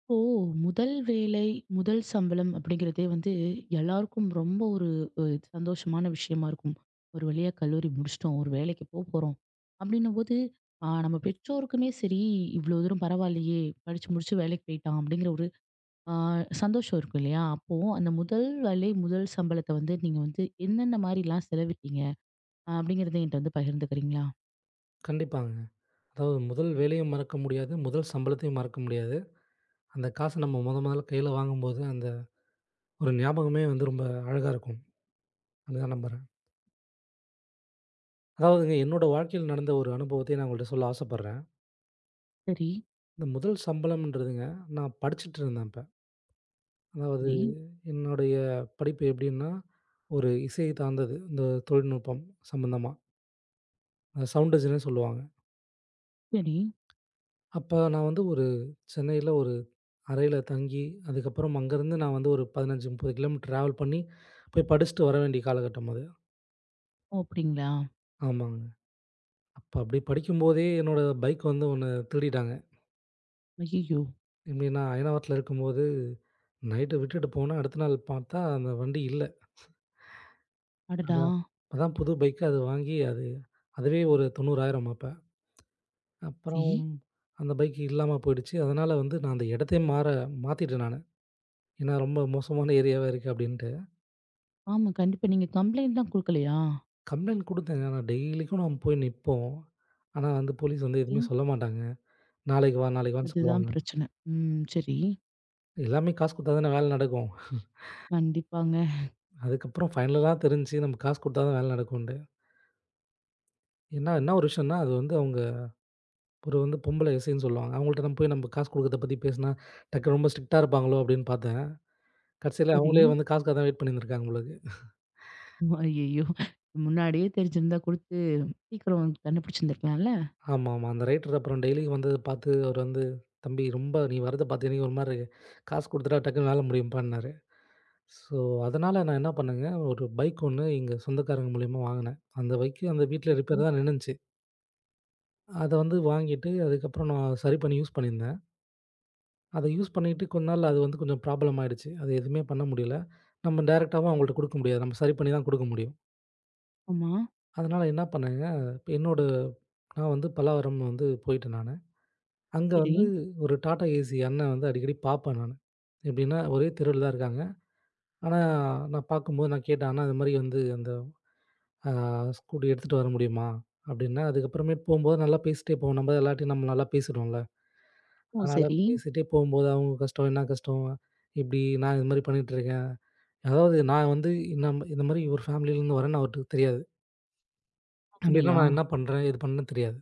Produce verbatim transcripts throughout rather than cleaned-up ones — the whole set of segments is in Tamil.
இப்போ முதல் வேலை, முதல் சம்பளம் அப்படிங்கிறதே வந்து எல்லாருக்கும் ரொம்ப ஒரு அ சந்தோஷமான விஷயமா இருக்கும். ஒரு வழியா கல்லூரி முடிச்சுட்டோம். ஒரு வேலைக்கு போப்போறோம். அப்படின்னும்போது ஆ நம்ம பெற்றோருக்குமே சரி, இவ்வளோ தூரம் பரவாயில்லையே! படிச்சு முடிச்சு வேலைக்கு போயிட்டான் அப்படிங்கிற ஒரு ஆ சந்தோஷம் இருக்கும் இல்லையா? அப்போ அந்த முதல் வேலை, முதல் சம்பளத்த வந்து நீங்க வந்து என்னென்ன மாரிலாம் செலவிட்டீங்க? அப்படிங்கிறத என்கிட்ட வந்து பகிர்ந்துக்கிறீங்களா? கண்டிப்பாங்க. அதாவது முதல் வேலையும் மறக்க முடியாது. முதல் சம்பளத்தையும் மறக்க முடியாது. அந்த காச நம்ம மொத மொதல்ல கையில வாங்கும்போது, அந்த ஒரு ஞாபகமே வந்து ரொம்ப அழகா இருக்கும். அதுதான் நம்புறேன். அதாவதுங்க என்னோட வாழ்க்கையில நடந்த ஒரு அனுபவத்தை நான் உங்கள்ட்ட சொல்ல ஆசைப்படுறேன். சரி, இந்த முதல் சம்பளம்ன்றதுங்க, நான் படிச்சுட்டு இருந்தேன் அப்ப. அதாவது சரி, என்னுடைய படிப்பு எப்படின்னா, ஒரு இசை சார்ந்தது. இந்த தொழில்நுட்பம் சம்மந்தமா. அ சவுண்ட் டிசைனர்ன்னு சொல்லுவாங்க. சரி. அப்ப நான் வந்து ஒரு சென்னையில ஒரு அறையில தங்கி, அதுக்கப்புறம் அங்கருந்து நான் வந்து ஒரு பதினஞ்சு, முப்பது கிலோமீட்டர் டிராவல் பண்ணி போய் படிச்சுட்டு வர வேண்டிய காலகட்டம் அது. ஓ! அப்படிங்களா? ஆமாங்க. அப்ப அப்படி படிக்கும்போதே என்னோட பைக் வந்து ஒண்ணு திருடிட்டாங்க. ஐய்யய்யோ! எப்படின்னா, அயனாவரத்துல இருக்கும்போது நைட்டு விட்டுட்டு போனா, அடுத்த நாள் பார்த்தா அந்த வண்டி இல்ல. அடடா! அதான் அதான் புது பைக் அது வாங்கி அது அதுவே ஒரு தொண்ணூறாயிரம் அப்ப. சரி. அப்புறம் அந்த பைக் இல்லாம போயிடுச்சு. அதனால வந்து நான் அந்த இடத்தையே மாற மாத்திட்டேன் நானு. ஏன்னா ரொம்ப மோசமான ஏரியாவா இருக்கு அப்படின்ட்டு. ஆமா. கண்டிப்பா. நீங்க கம்ப்ளைண்ட்லாம் குடுக்கலையா? கம்ப்ளைண்ட் குடுத்தேங்க. ஆனா டெய்லிக்கும் நம்ம போய் நிப்போம். ஆனா வந்து போலீஸ் வந்து எதுவுமே ம். சொல்ல மாட்டாங்க. நாளைக்கு வா, நாளைக்கு வான்னு அதுதான் சொல்லுவாங்க. பிரச்சனை. ம். சரி. எல்லாமே காசு குடுத்தா தானே வேலை நடக்கும். கண்டிப்பாங்க. அதுக்கப்புறம் ஃபைனலா தான் தெரிஞ்சுச்சு நம்ம காசு குடுத்தா தான் வேலை நடக்கும்ன்ட்டு. ஏன்னா என்ன ஒரு விஷயம்னா, அது வந்து அவங்க ஒரு வந்து பொம்பள எஸ்ஐன்னு சொல்லுவாங்க. அவங்கள்ட்ட நம்ம போய் நம்ம காசு குடுக்கறத பத்தி பேசினா, டக்குனு ரொம்ப ஸ்ட்ரிக்ட்டா இருப்பாங்களோ அப்படின்னு பார்த்தேன். கடைசியில சரி. அவங்களே வந்து காசுக்காக தான் வெயிட் பண்ணியிருந்திருக்காங்க போல இருக்கு. ஐயய்யோ! முன்னாடியே தெரிஞ்சிருந்தா குடுத்து சீக்கிரம் கண்டுபிடிச்சிருந்திருக்கலாம்ல? ஆமா, ஆமா. அந்த ரைட்டர் அப்புறம் டெய்லி வந்தத பார்த்து அவரு வந்து, "தம்பி ரொம்ப நீ வரத பார்த்து எனக்கு ஒரு மாரி இருக்கு. காசு குடுத்துட்டா டக்குனு வேலை முடியும்ப்பான்னாரு." ஸோ, அதனால நான் என்ன பண்ணேங்க, ஒரு பைக் ஒண்ணு எங்க சொந்தக்காரங்க மூலியமா வாங்குனேன். அந்த பைக்கு அந்த வீட்ல ம். ரிப்பேர் தான் நின்னுச்சு. அத வந்து வாங்கிட்டு, அதுக்கப்புறம் நான் சரி பண்ணி யூஸ் பண்ணியிருந்தேன். அத யூஸ் பண்ணிட்டு கொஞ்ச நாள் அது வந்து கொஞ்சம் ப்ராப்ளம் ஆயிடுச்சு. அது எதுவுமே பண்ண முடியல. நம்ம டைரக்ட்டாவும் அவங்கள்ட்ட குடுக்க முடியாது. நம்ம சரி பண்ணி தான் குடுக்க முடியும். ஆமா. அதனால என்ன பண்ணேங்க, இப்ப என்னோட நான் வந்து பல்லாவரம் வந்து போயிட்டேன் நானு. அங்க சரி. வந்து ஒரு டாடா ஏசி அண்ணன் வந்து அடிக்கடி பாப்பேன் நானு. எப்படின்னா, ஒரே தெருவுல தான் இருக்காங்க. ஆனா, நான் பார்க்கும்போது நான் கேட்டேன், "அண்ணா இது மாரி வந்து அந்த" ஆ ஸ்கூட்டி எடுத்துட்டு வர முடியுமா? அப்படின்னேன். அதுக்கப்புறமேட்டு போம்போது நல்லா பேசிட்டே போவோம். நம்ம எல்லார்ட்டயும் நம்ம நல்லா பேசிடுவோம்ல. ஓ! அதனால சரி. பேசிட்டே போம்போது அவங்க கஷ்டம், என்ன கஷ்டம்? இப்படி நான் இது மாரி பண்ணிட்டுருக்கேன். அதாவது நான் வந்து இன்னம் இந்த மாரி ஒரு ஃபேமிலிலேருந்து வரேன்னு அவருக்கு தெரியாது. அப்படின்னா அப்படியா? நான் என்ன பண்றேன்? இது பண்ணேன்னு தெரியாது.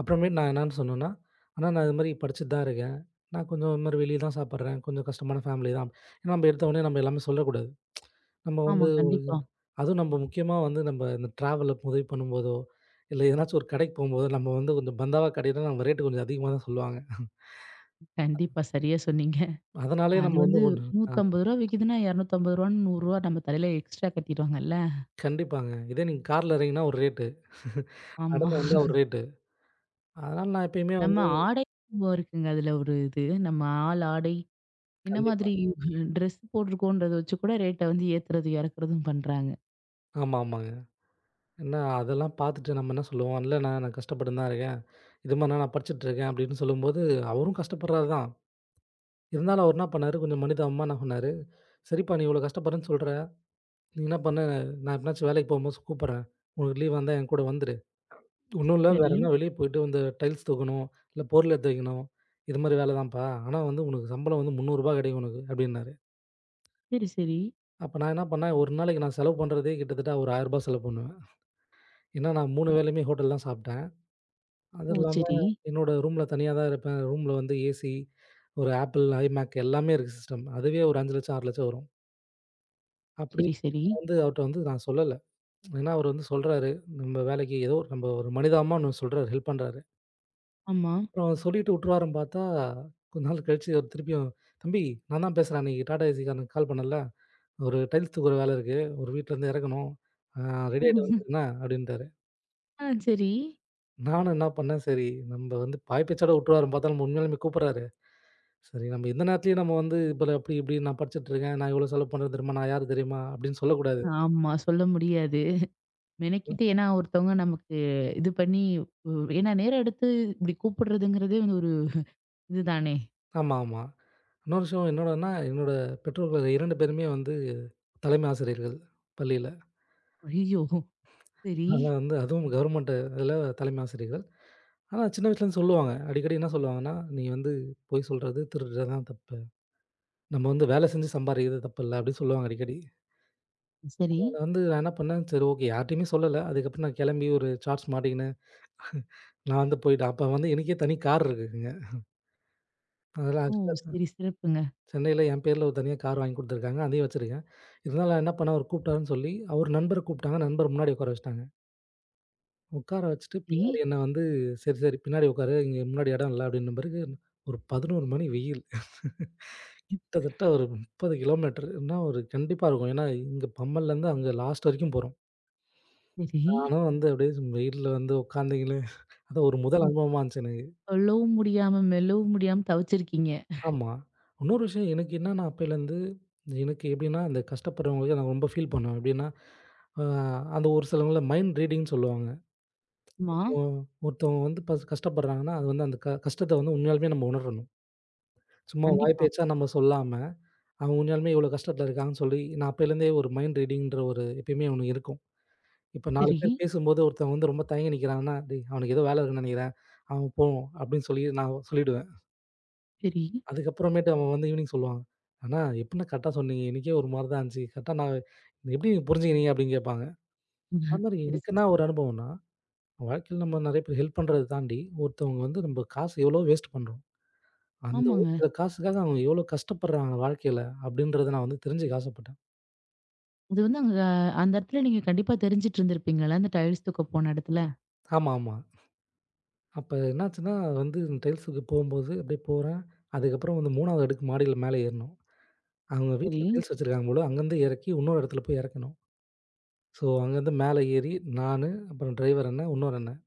அப்புறமேட்டு நான் என்னான்னு சொன்னேன்னா, "அண்ணா நான் இது மாரி படிச்சுட்டு தான் இருக்கேன். நான் கொஞ்சம் இது மாரி வெளிய தான் சாப்பிடுறேன். கொஞ்சம் கஷ்டமான ஃபேமிலி தான்." ஏன்னா நம்ம எடுத்த உடனே நம்ம எல்லாமே சொல்லக்கூடாது. நம்ம ஆமா. வந்து கண்டிப்பா. அதுவும் நம்ம முக்கியமா வந்து நம்ம இந்த ட்ராவல்ல உதவி பண்ணும்போதோ, இல்ல எதனாச்சும் ஒரு கடைக்கு போம்போதோ, நம்ம வந்து கொஞ்சம் பந்தாவா கடையில நம்ம ரேட் கொஞ்சம் அதிகமா தான் சொல்லுவாங்க. கண்டிப்பா. சரியா சொன்னீங்க. அதனாலயே அது நம்ம வந்து வந்து ரூ. ஒண்ணு ஆ நூற்று ஐம்பது விக்குதுன்னா, ரூ. இருநூற்று ஐம்பது ரூ. நூறு நம்ம தலையில எக்ஸ்ட்ரா கட்டிருவாங்கல்ல. கண்டிப்பாங்க. இதே நீங்க கார்ல இறங்கினா ஒரு ரேட்டு. ஆமா. நடந்து வந்தா ஒரு ரேட்டு. அதனால நான் எப்பயுமே நம்ம வந்து ஆடை இருக்குங்க. அதுல ஒரு இது. நம்ம ஆள் ஆடை என்ன கண்டிப்பா. மாதிரி ட்ரெஸ் போட்டிருக்கோன்றத வச்சு கூட ரேட்ட வந்து ஏத்துறது, இறக்குறதும் பண்றாங்க. ஆமா, ஆமாங்க. ஏன்னா அதெல்லாம் பார்த்துட்டு நம்ம என்ன சொல்லுவோம், இல்லண்ணா நான் கஷ்டப்பட்டுன்னு தான் இருக்கேன். இது மாரிண்ணா நான் படிச்சுட்டு இருக்கேன் அப்படின்னு சொல்லும்போது, அவரும் கஷ்டப்படுறாரு தான். இருந்தாலும் அவர் என்ன பண்ணாரு, கொஞ்சம் மனிதாபிமானமா என்ன பண்ணாரு, "சரிப்பா நீ இவ்வளோ கஷ்டப்படுறேன்னு சொல்ற. நீ என்ன பண்ணு, நான் எப்பனாச்சும் வேலைக்கு போம்போது கூப்பிடுறேன். உனக்கு லீவ் வந்தா என் கூட வந்துரு. ஒண்ணும் இல்ல, வேற சரி. என்ன வெளிய போயிட்டு இந்த டைல்ஸ் தூக்கணும், இல்ல பொருள் எடுத்து வைக்கணும். இது மாரி வேலை தான்ப்பா. ஆனா வந்து உனக்கு சம்பளம் வந்து ரூ. முந்நூறு கிடைக்கும் உனக்கு அப்டின்னாரு. சரி, சரி. அப்ப நான் என்ன பண்ணேன், ஒரு நாளைக்கு நான் செலவு பண்றதே கிட்டத்தட்ட ஒரு ரூ. ஆயிரம் செலவு பண்ணுவேன். ஏன்னா நான் மூணு அ. வேளையுமே ஹோட்டல் தான் சாப்பிட்டேன். அது ஓ! இல்லாம சரி. என்னோட ரூம்ல தனியா தான் இருப்பேன். ரூம்ல வந்து ஏசி, ஒரு Apple, iMac எல்லாமே இருக்கு சிஸ்டம். அதுவே ஒரு அஞ்சு லட்சம், ஆறு லட்சம் வரும். அப்படி சரி, சரி. வந்து அவர்ட்ட வந்து நான் சொல்லல. ஏன்னா, அவரு வந்து சொல்றாரு, நம்ம வேலைக்கு ஏதோ ஒரு- நம்ம ஒரு மனிதாபிமானம் ஒண்ணு சொல்றாரு, ஹெல்ப் பண்றாரு. ஆமா. அப்புறம் அவர் சொல்லிட்டு விட்டுருவாருன்னு பார்த்தா, கொஞ்ச நாள் கழிச்சு அவர் திருப்பியும், "தம்பி நான் தான் பேசுறேன். அன்னைக்கு டாடா ஏசிக்காரனுக்கு கால் பண்ணேன்ல, ஒரு டைல்ஸ் தூக்குற வேலை இருக்கு. ஒரு வீட்லருந்து இறக்கணும். ஆ ரெடி ஆயிட்டு வந்துரு என்ன" அப்படின்ட்டாரு. ஆ சரி. நானும் என்ன பண்ணேன், சரி நம்ம வந்து பாய் பேச்சோட விட்டுருவாருன்னு பார்த்தா, நம்ம உண்மையாலுமே கூப்பிடுறாரு. சரி நம்ம இந்த நேரத்துலயும் நம்ம வந்து இப்ப அப்படி இப்படி நான் படிச்சுட்டு இருக்கேன். நான் இவ்வளோ செலவு பண்றேன் தெரியுமா? நான் யாரு தெரியுமா? அப்படின்னு சொல்லக்கூடாது. ஆமா. சொல்ல முடியாது. மெனக்கிட்டு ஏன்னா ஒருத்தவங்க நமக்கு இது பண்ணி உ ஏன்னா நேரம் எடுத்து இப்படி கூப்பிடுறதுங்கிறதே வந்து ஒரு இதுதானே! ஆமா, ஆமா. இன்னொரு விஷயம் என்னோடன்னா, என்னோட பெற்றோர்கள் ரெண்டு பேருமே வந்து தலைமை ஆசிரியர்கள் பள்ளியில. ஐயோ! சரி. ஆனா வந்து அதுவும் கவர்மெண்ட் இதில தலைமை ஆசிரியர்கள். ஆனா சின்ன வயசுலேருந்து சொல்லுவாங்க. அடிக்கடி என்ன சொல்லுவாங்கன்னா, "நீ வந்து பொய் சொல்றது, திருடுறது தான் தப்பு. நம்ம வந்து வேலை செஞ்சு சம்பாரிக்கிறது தப்பில்ல." அப்படின்னு சொல்லுவாங்க அடிக்கடி. சரி. அத வந்து நான் என்ன பண்ணேன், சரி ஓகே யார்ட்டயுமே சொல்லல. அதுக்கப்புறம் நான் கிளம்பி ஒரு ஷார்ட்ஸ் மாட்டிக்கின்னு, நான் வந்து போய்ட்டேன். அப்ப வந்து எனக்கே தனி கார் இருக்குங்க. அதெல்லாம் ஓ! ஆக்சுவலா சரி சிறப்புங்க. சென்னையில என் பேர்ல ஒரு தனியா கார் வாங்கி குடுத்துருக்காங்க. அதையும் வச்சிருக்கேன். இருந்தாலும் நான் என்ன பண்ணேன், அவரு கூப்பிட்டாருன்னு சொல்லி, அவர் நண்பர கூப்பிட்டாங்க. நண்பர முன்னாடி உட்கார வச்சுட்டாங்க. உட்கார வச்சுட்டு சரி, பின்னாடி என்ன வந்து, "சரி, சரி பின்னாடி உட்காரு. இங்க முன்னாடி இடம் இல்ல." அப்படின்ன பிறகு ஒரு பதினொரு மணி வெயில். கிட்டத்தட்ட ஒரு முப்பது கிலோமீட்டர்னா ஒரு கண்டிப்பா இருக்கும். ஏன்னா, இங்க பம்மல்லேருந்து அங்க லாஸ்ட் வரைக்கும் போறோம். சரி. நானும் வந்து அப்படியே வெயில்ல வந்து உட்காந்துக்கின்னு, அது ஒரு முதல் ம். அனுபவமா இருந்துச்சு எனக்கு. சொல்லவும் முடியாம, மெல்லவும் முடியாம தவிச்சிருக்கீங்க. ஆமா. இன்னொரு விஷயம் எனக்கு என்னன்னா அப்பயிலருந்து, எனக்கு எப்படின்னா, அந்த கஷ்டப்படுறவங்களுக்கு நான் ரொம்ப ஃபீல் பண்ணுவேன். எப்படின்னா, அ அந்த ஒரு சிலவங்கள மைண்ட் ரீடிங்ன்னு சொல்லுவாங்க. ஆமா. ஒ ஒருத்தவங்க வந்து பஸ் கஷ்டப்படுறாங்கன்னா, அது வந்து அந்த க கஷ்டத்த வந்து உண்மையாலுமே நம்ம உணரணும். சும்மா வாய் கண்டிப்பா. பேச்சா நம்ம சொல்லாம, அவங்க உண்மையாலுமே இவ்வளோ கஷ்டத்துல இருக்காங்கன்னு சொல்லி, நான் அப்பயிலருந்தே ஒரு மைண்ட் ரீடிங்ன்ற ஒரு எப்பயுமே ஒண்ணு இருக்கும். இப்ப நாலு சரி, பேர் பேசும்போது ஒருத்தன் வந்து ரொம்ப தயங்கி நிக்கிறாங்கன்னா, "டேய் அவனுக்கு ஏதோ வேலை இருக்குன்னு நெனைக்கிறேன். அவன் போவோம்" அப்படின்னு சொல்லி நான் சொல்லிடுவேன். சரி. அதுக்கப்புறமேட்டு அவன் வந்து ஈவினிங் சொல்லுவான். "அண்ணா எப்புட்ண்ணா கரெக்ட்டா சொன்னீங்க? எனக்கே ஒரு மாரி தான் இருந்துச்சு. கரெக்ட்டா நான் எப்படி நீங்க புரிஞ்சுக்கினீங்க?" அப்படின்னு கேட்பாங்க. அது மாரி சரி, எனக்கு சரி, என்ன சரி. ஒரு அனுபவம்ன்னா, வாழ்க்கையில நம்ம நெறைய பேர் ஹெல்ப் பண்றத தாண்டி, ஒருத்தவங்க வந்து நம்ம காசு எவ்வளோ வேஸ்ட் பண்றோம். அந்த ஒரு ஆமாங்க. சில காசுக்காக அவங்க எவ்வளோ கஷ்டப்படுறாங்க வாழ்க்கையில அப்படின்றத நான் வந்து தெரிஞ்சுக்க ஆசைப்பட்டேன். அது வந்து அங்க அந்த இடத்துல நீங்க கண்டிப்பா தெரிஞ்சுட்டு இருந்திருப்பீங்கல்ல, அந்த டைல்ஸ் தூக்க போன இடத்துல. ஆமா, ஆமா. அப்ப என்னாச்சுன்னா வந்து டைல்ஸுக்கு போகும்போது அப்படியே போறேன். அதுக்கப்புறம் வந்து மூணாவது அடுக்கு மாடியில மேல ஏறணும். அவங்க சரி. வீட்ல டைல்ஸ் வச்சிருக்காங்க போல. அங்கருந்து இறக்கி இன்னொரு இடத்துல போய் இறக்கணும். ஸோ, அங்கருந்து மேல ஏறி நானு, அப்புறம் டிரைவர் அண்ணன், இன்னொரு அண்ணன்.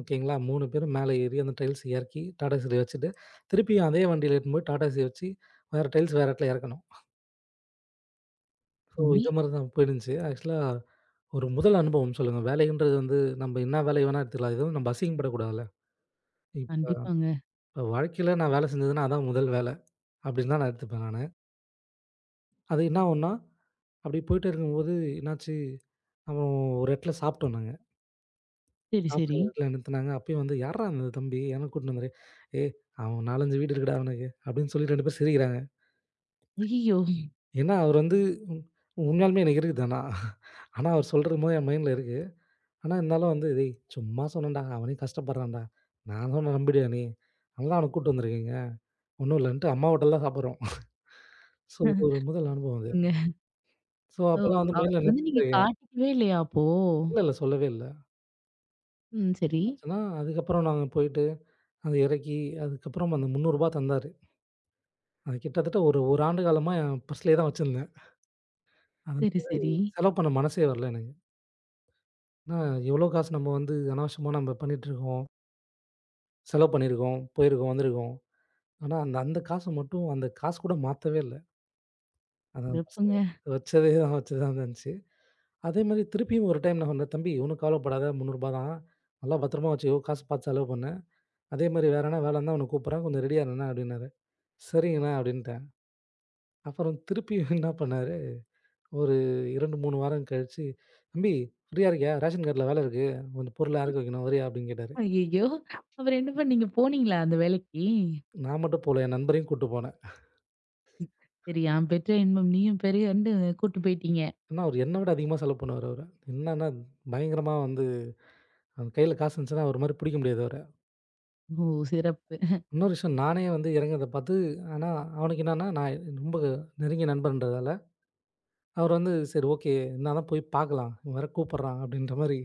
ஓகேங்களா? மூணு பேரும் மேல ஏறி அந்த டைல்ஸ் எறக்கி, டாடா ஏசி வச்சுட்டு, திருப்பியும் அதே வண்டியில எடுத்துன்னு போய் டாடா ஏசி வச்சு, வேற டைல்ஸ் வேற இடத்துல எறக்கணும். ஸோ, ம். நீ இத மாரி தான் போயிருந்துச்சு. ஆக்சுவலா ஒரு முதல் அனுபவம் சொல்லுங்க. வேலைன்றது வந்து நம்ம என்ன வேலை வேணா எடுத்துக்கலாம். எதுவும் நம்ம அசிங்கப்படக்கூடாதுல்ல. இப்ப கண்டிப்பாங்க. இப்ப வாழ்க்கையில நான் வேலை செஞ்சதுன்னா, அதான் முதல் வேலை. அப்படின்னு தான் நான் எடுத்துப்பேன் நானு. அது என்ன ஆகும்ன்னா, அப்படி போயிட்டே இருக்கும்போது என்னாச்சு, அப்புறம் ஒரு இடத்துல சாப்பிட்டோம் நாங்க. சரி, சாப்பிட சரி. இடத்துல நிறுத்துனாங்க. அப்பயும் வந்து "யார்றா அந்த தம்பி? எவன கூட்டின்னு வந்தாரு?" "ஏய் அவன் நாலு, அஞ்சு வீடு இருக்குடா அவனுக்கு" அப்படின்னு சொல்லி ரெண்டு பேர் சிரிக்கிறாங்க. ஐயய்யோ! ஏன்னா அவர் வந்து உண் உண்மையாலுமே எனக்கு இருக்குது ஆனா. ஆனா அவர் சொல்றபோது என் மைண்ட்ல இருக்கு. ஆனா இருந்தாலும் வந்து "டேய் சும்மா சொன்னேன்டா, அவனே கஷ்டப்படுறான்டா. நான் சொன்னா நம்பிடுவியா நீ? அதனால அவன கூட்டு வந்திருக்கீங்க. ஒண்ணும் இல்லன்ட்டு அம்மா ஹோட்டல்ல தான் சாப்பிடுறோம்." ஸோ இது ஒரு முதல் அனுபவம் அது. ங்க. ஸோ ஓ! அப்பலாம் வந்து மைண்ட்ல அவருக்கு வந்து நினச்சிட்டு நீங்க இருக்கேன். காட்டிக்கவே இல்லையா அப்போ? இல்ல, இல்ல சொல்லவே இல்ல. ம். சரி. ஆச்சுன்னா அதுக்கப்புறம் நாங்க போயிட்டு அத இறக்கி அதுக்கப்புறம் அந்த ரூ. முந்நூறு தந்தாரு. அது கிட்டத்தட்ட ஒரு 1 ஆண்டு காலமா என் பர்ஸ்லயே தான் வச்சிருந்தேன். அது சரி, சரி. செலவு பண்ண மனசே வரல எனக்கு. ஏன்னா எவ்வளோ காசு நம்ம வந்து அனாவசியமா நம்ம பண்ணிட்டுருக்கோம். செலவு பண்ணியிருக்கோம், போயிருக்கோம், வந்திருக்கோம். ஆனா அந்த அந்த காசு மட்டும் அந்த காசு கூட மாத்தவே இல்ல. அத பர்ஸ்ல சிறப்புங்க. வச்சதே தான் வச்சது தான் இருந்துச்சு. அதேமாரி திருப்பியும் ஒரு டைம் நான் சொன்னேன், "தம்பி ஒண்ணும் கவலைப்படாத ரூ. முந்நூறு தான். நல்லா பத்திரமா வச்சுக்கோ. காசு பார்த்து செலவு பண்ணு. அதேமாரி வேற எதனா வேலை இருந்தா உன்ன கூப்பிடுறேன். கொஞ்சம் ரெடியா இருண்ணா" அப்படின்னாரு. "சரிங்கண்ணா" அப்படின்ட்டேன். அப்புறம் திருப்பியும் என்ன பண்ணாரு ஒரு ரெண்டு, மூணு வாரம் கழிச்சு, "தம்பி ஃப்ரீயா இருக்கியா? ரேஷன் கார்ட்ல வேலை இருக்கு. கொஞ்சம் பொருள் அடகு வைக்கணும். வரியா?" அப்படின்னு கேட்டாரு. ஐயய்யோ! அப்புறம் என்ன பண்ணீங்க? போனீங்களா அந்த வேலைக்கு? நான் மட்டும் போல, என் நண்பரையும் கூட்டு போனேன். சரி, "யான் பெற்ற இன்பம் நீயும் பெறியன்னு" கூட்டு போயிட்டீங்க. ஏன்னா, அவரு என்ன விட அதிகமா செலவு பண்ணுவாரு அவரு. என்னன்னா, பயங்கரமா வந்து அவன் கையில காசு இருந்துச்சுன்னா, அவர மாரி பிடிக்க முடியாது அவர. ஓ! சிறப்பு. இன்னொரு விஷயம் நானே வந்து இறங்குறத பார்த்து ஆனா, அவனுக்கு என்னன்னா, நான் ரொம்ப நெருங்கிய நண்பன்றதால, அவர் வந்து சரி ஓகே, என்ன தான் போய் பார்க்கலாம். இவன் வேற கூப்பிடுறான் அப்படின்ற மாரி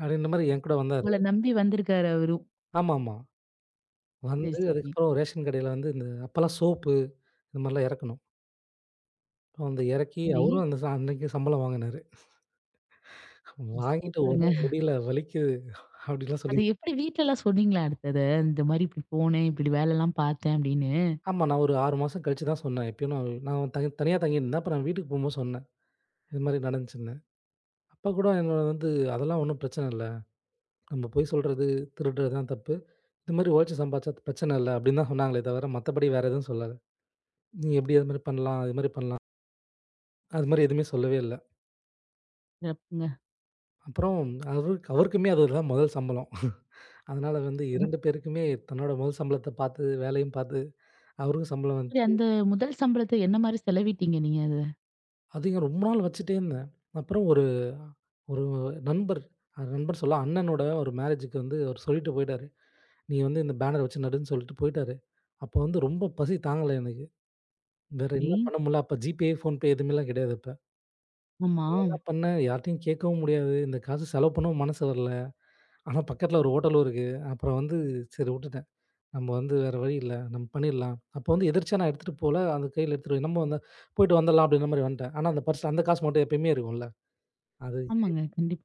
அப்படின்ற மாரி என் கூட வந்தாரு. உங்கள நம்பி வந்திருக்காரு அவரும். ஆமாமா. சரி, வந்து சரி. அதுக்கப்புறம் ரேஷன் கடையில வந்து இந்த அப்பலாம் சோப்பு, இந்த மாரிலாம் இறக்கணும். வந்து இறக்கி சரி. அவரும் அந்த ச அன்னைக்கு சம்பளம் வாங்குனாரு. வாங்கிட்டு "உடம்பு சூப்பருங்க. முடியல, வலிக்குது" அப்படிலாம் சொல்லி அது எப்படி வீட்லலாம் சொன்னீங்களா அடுத்தது? இந்த மாரி இப்படி போனேன், இப்படி வேலைலாம் பார்த்தேன் அப்படின்னு. ஆமா. நான் ஒரு ஆறு மாசம் கழிச்சு தான் சொன்னேன். எப்பயும் நான் நான் தனி தனியா தங்கியிருந்தேன். அப்ப நான் வீட்டுக்கு போம்போது சொன்னேன். இது மாதிரி நடந்துச்சுன்னு. அப்ப கூட என்னோட வந்து "அதெல்லாம் ஒண்ணும் பிரச்சனை இல்ல. நம்ம பொய் சொல்றது, திருடுறது தான் தப்பு. இது மாதிரி உழைச்சு சம்பாதிச்சா பிரச்சனை இல்ல" அப்படின்னு தான் சொன்னாங்களே தவிர, மத்தபடி வேற எதுவும் சொல்லல. "நீ எப்படி அது மாதிரி பண்ணலாம்? இது மாதிரி பண்ணலாம்." அது மாதிரி எதுவுமே சொல்லவே இல்ல. சிறப்புங்க. அப்புறம் அவருக்கு அவருக்குமே அதுதான் முதல் சம்பளம். அதனால வந்து ரெண்டு பேருக்குமே தன்னோட முதல் சம்பளத்த பார்த்து, வேலையும் பார்த்து அவருக்கும் சம்பளம் சரி வந்துச்சு. அந்த முதல் சம்பளத்த என்ன மாரி செலவிட்டீங்க நீங்க அத? அதையும் ரொம்ப நாள் வச்சுட்டே இருந்தேன். அப்புறம் ஒரு ஒரு நண்பர் அ நண்பர் சொல்ல அண்ணனோட ஒரு மேரேஜுக்கு வந்து அவரு சொல்லிட்டு போயிட்டாரு. "நீ வந்து இந்த பேனர் வச்சு நடுன்னு" சொல்லிட்டு போயிட்டாரு. அப்போ வந்து ரொம்ப பசி தாங்கல எனக்கு. வேற சரி. என்ன பண்ண முடியல. அப்ப ஜிபே, ஃபோன்பே எதுவுமேலாம் கிடையாது அப்ப. ஆமா. என்ன பண்ணேன், யார்ட்டயும் கேட்கவும் முடியாது. இந்த காசு செலவு பண்ணவும் மனசு வரல. ஆனா பக்கத்துல ஒரு ஹோட்டலும் இருக்கு. அப்புறம் வந்து சரி விட்டுட்டேன். நம்ம வந்து வேற வழி இல்ல. நம்ம பண்ணிடலாம். அப்போ வந்து எதிர்ச்சியா நான் எடுத்துட்டு போல. அது கையில எடுத்துட்டு போய் நம்ம வந்து போயிட்டு வந்துடலாம் அப்படின்ற மாரி வந்துட்டேன். ஆனா அந்த பர்ஸ்ல அந்த காசு மட்டும் எப்பயுமே இருக்கும்ல. அது சரி. ஆமாங்க. கண்டிப்பா.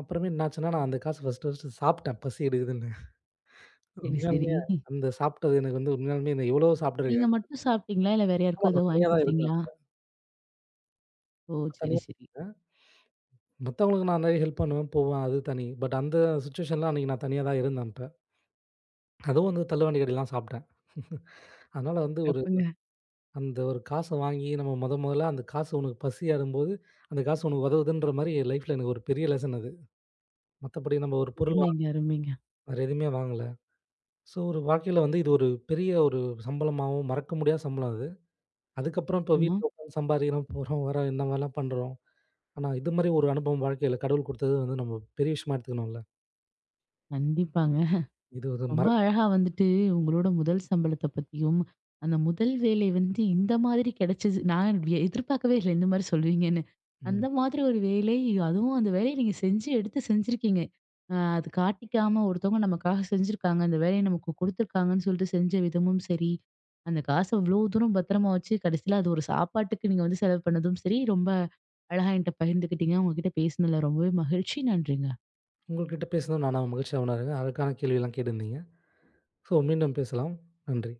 அப்புறமே என்னாச்சுன்னா, நான் அந்த காசு ஃபர்ஸ்ட்டு ஃபர்ஸ்ட்டு சாப்பிட்டேன். பசி எடுக்குதுன்னு. சரி, உண்மையாலுமே சரி. அந்த சாப்பிட்டது எனக்கு வந்து உண்மையாலுமே நான் எவ்வளோ நீங்க சாப்பிட்டுருக்கேன். மட்டும் சாப்பிட்டீங்களா? இல்ல வேற ஆமா யாருக்கோ ஏதோ நான் தனியா வாங்கி தான் இருந்தேன். குடுத்தீங்களா? ஓ! அப்ப சரி, தனியா சரி. இருந்தேன். மத்தவங்களுக்கு நான் நிறைய ஹெல்ப் பண்ணுவேன், போவேன். அது தனி. பட் அந்த சிச்சுவேஷன்ல அன்னைக்கு நான் தனியா தான் இருந்தேன் அப்ப. அதுவும் வந்து தள்ளுவண்டி கடையில தான் சாப்பிட்டேன். அதனால வந்து ஒரு சிறப்புங்க. அந்த ஒரு காச வாங்கி நம்ம மொத மொதல்ல அந்த காசு உனக்கு பசியாறும்போது, அந்த காசு உனக்கு உதவுதுன்ற மாரி என் லைஃப்ல எனக்கு ஒரு பெரிய லெசன் அது. மத்தபடி நம்ம ஒரு பொருள் வாங்க அருமைங்க, அருமைங்க. வேற எதுவுமே வாங்கல. ஸோ, ஒரு வாழ்க்கையில வந்து இது ஒரு பெரிய ஒரு சம்பளமாவும், மறக்க முடியாத சம்பளம் அது. அதுக்கப்புறம் இப்ப ஆமா. வீட்ல உட்காந்து சம்பாதிக்கிறோம், போறோம், வரோம், இந்த மாரிலாம் பண்றோம். ஆனா, இது மாரி ஒரு அனுபவம் வாழ்க்கையில கடவுள் குடுத்தது வந்து நம்ம பெரிய விஷயமா எடுத்துக்கணும்ல. கண்டிப்பாங்க. இது ஒரு ரொம்ப மறக் அழகா வந்துட்டு உங்களோட முதல் சம்பளத்த பத்தியும், அந்த முதல் வேலை வந்து இந்த மாதிரி கிடைச்சது நான் வி எதிர்பார்க்கவே இல்ல இந்த மாரி சொல்லுவீங்கன்னு. ம். அந்த மாதிரி ஒரு வேலை, அதுவும் அந்த வேலைய நீங்க செஞ்சு எடுத்து செஞ்சிருக்கீங்க. அ அது காட்டிக்காம ஒருத்தவங்க நமக்காக செஞ்சிருக்காங்க. அந்த வேலைய நமக்கு குடுத்துருக்காங்கன்னு சொல்லிட்டு செஞ்ச விதமும் சரி, அந்த காச இவ்ளோ தூரம் பத்திரமா வச்சு கடைசியில அது ஒரு சாப்பாட்டுக்கு நீங்க வந்து செலவு பண்ணதும் சரி, ரொம்ப அழகா என்ட்ட பகிர்ந்துக்கிட்டீங்க. உங்ககிட்ட பேசினதுல ரொம்பவே மகிழ்ச்சி. நன்றிங்க. உங்கள்கிட்ட பேசுனது நானா மகிழ்ச்சியா உணர்றேன். அதற்கான கேள்வியெல்லாம் கேட்டிருந்தீங்க. ஸோ, மீண்டும் பேசலாம். நன்றி.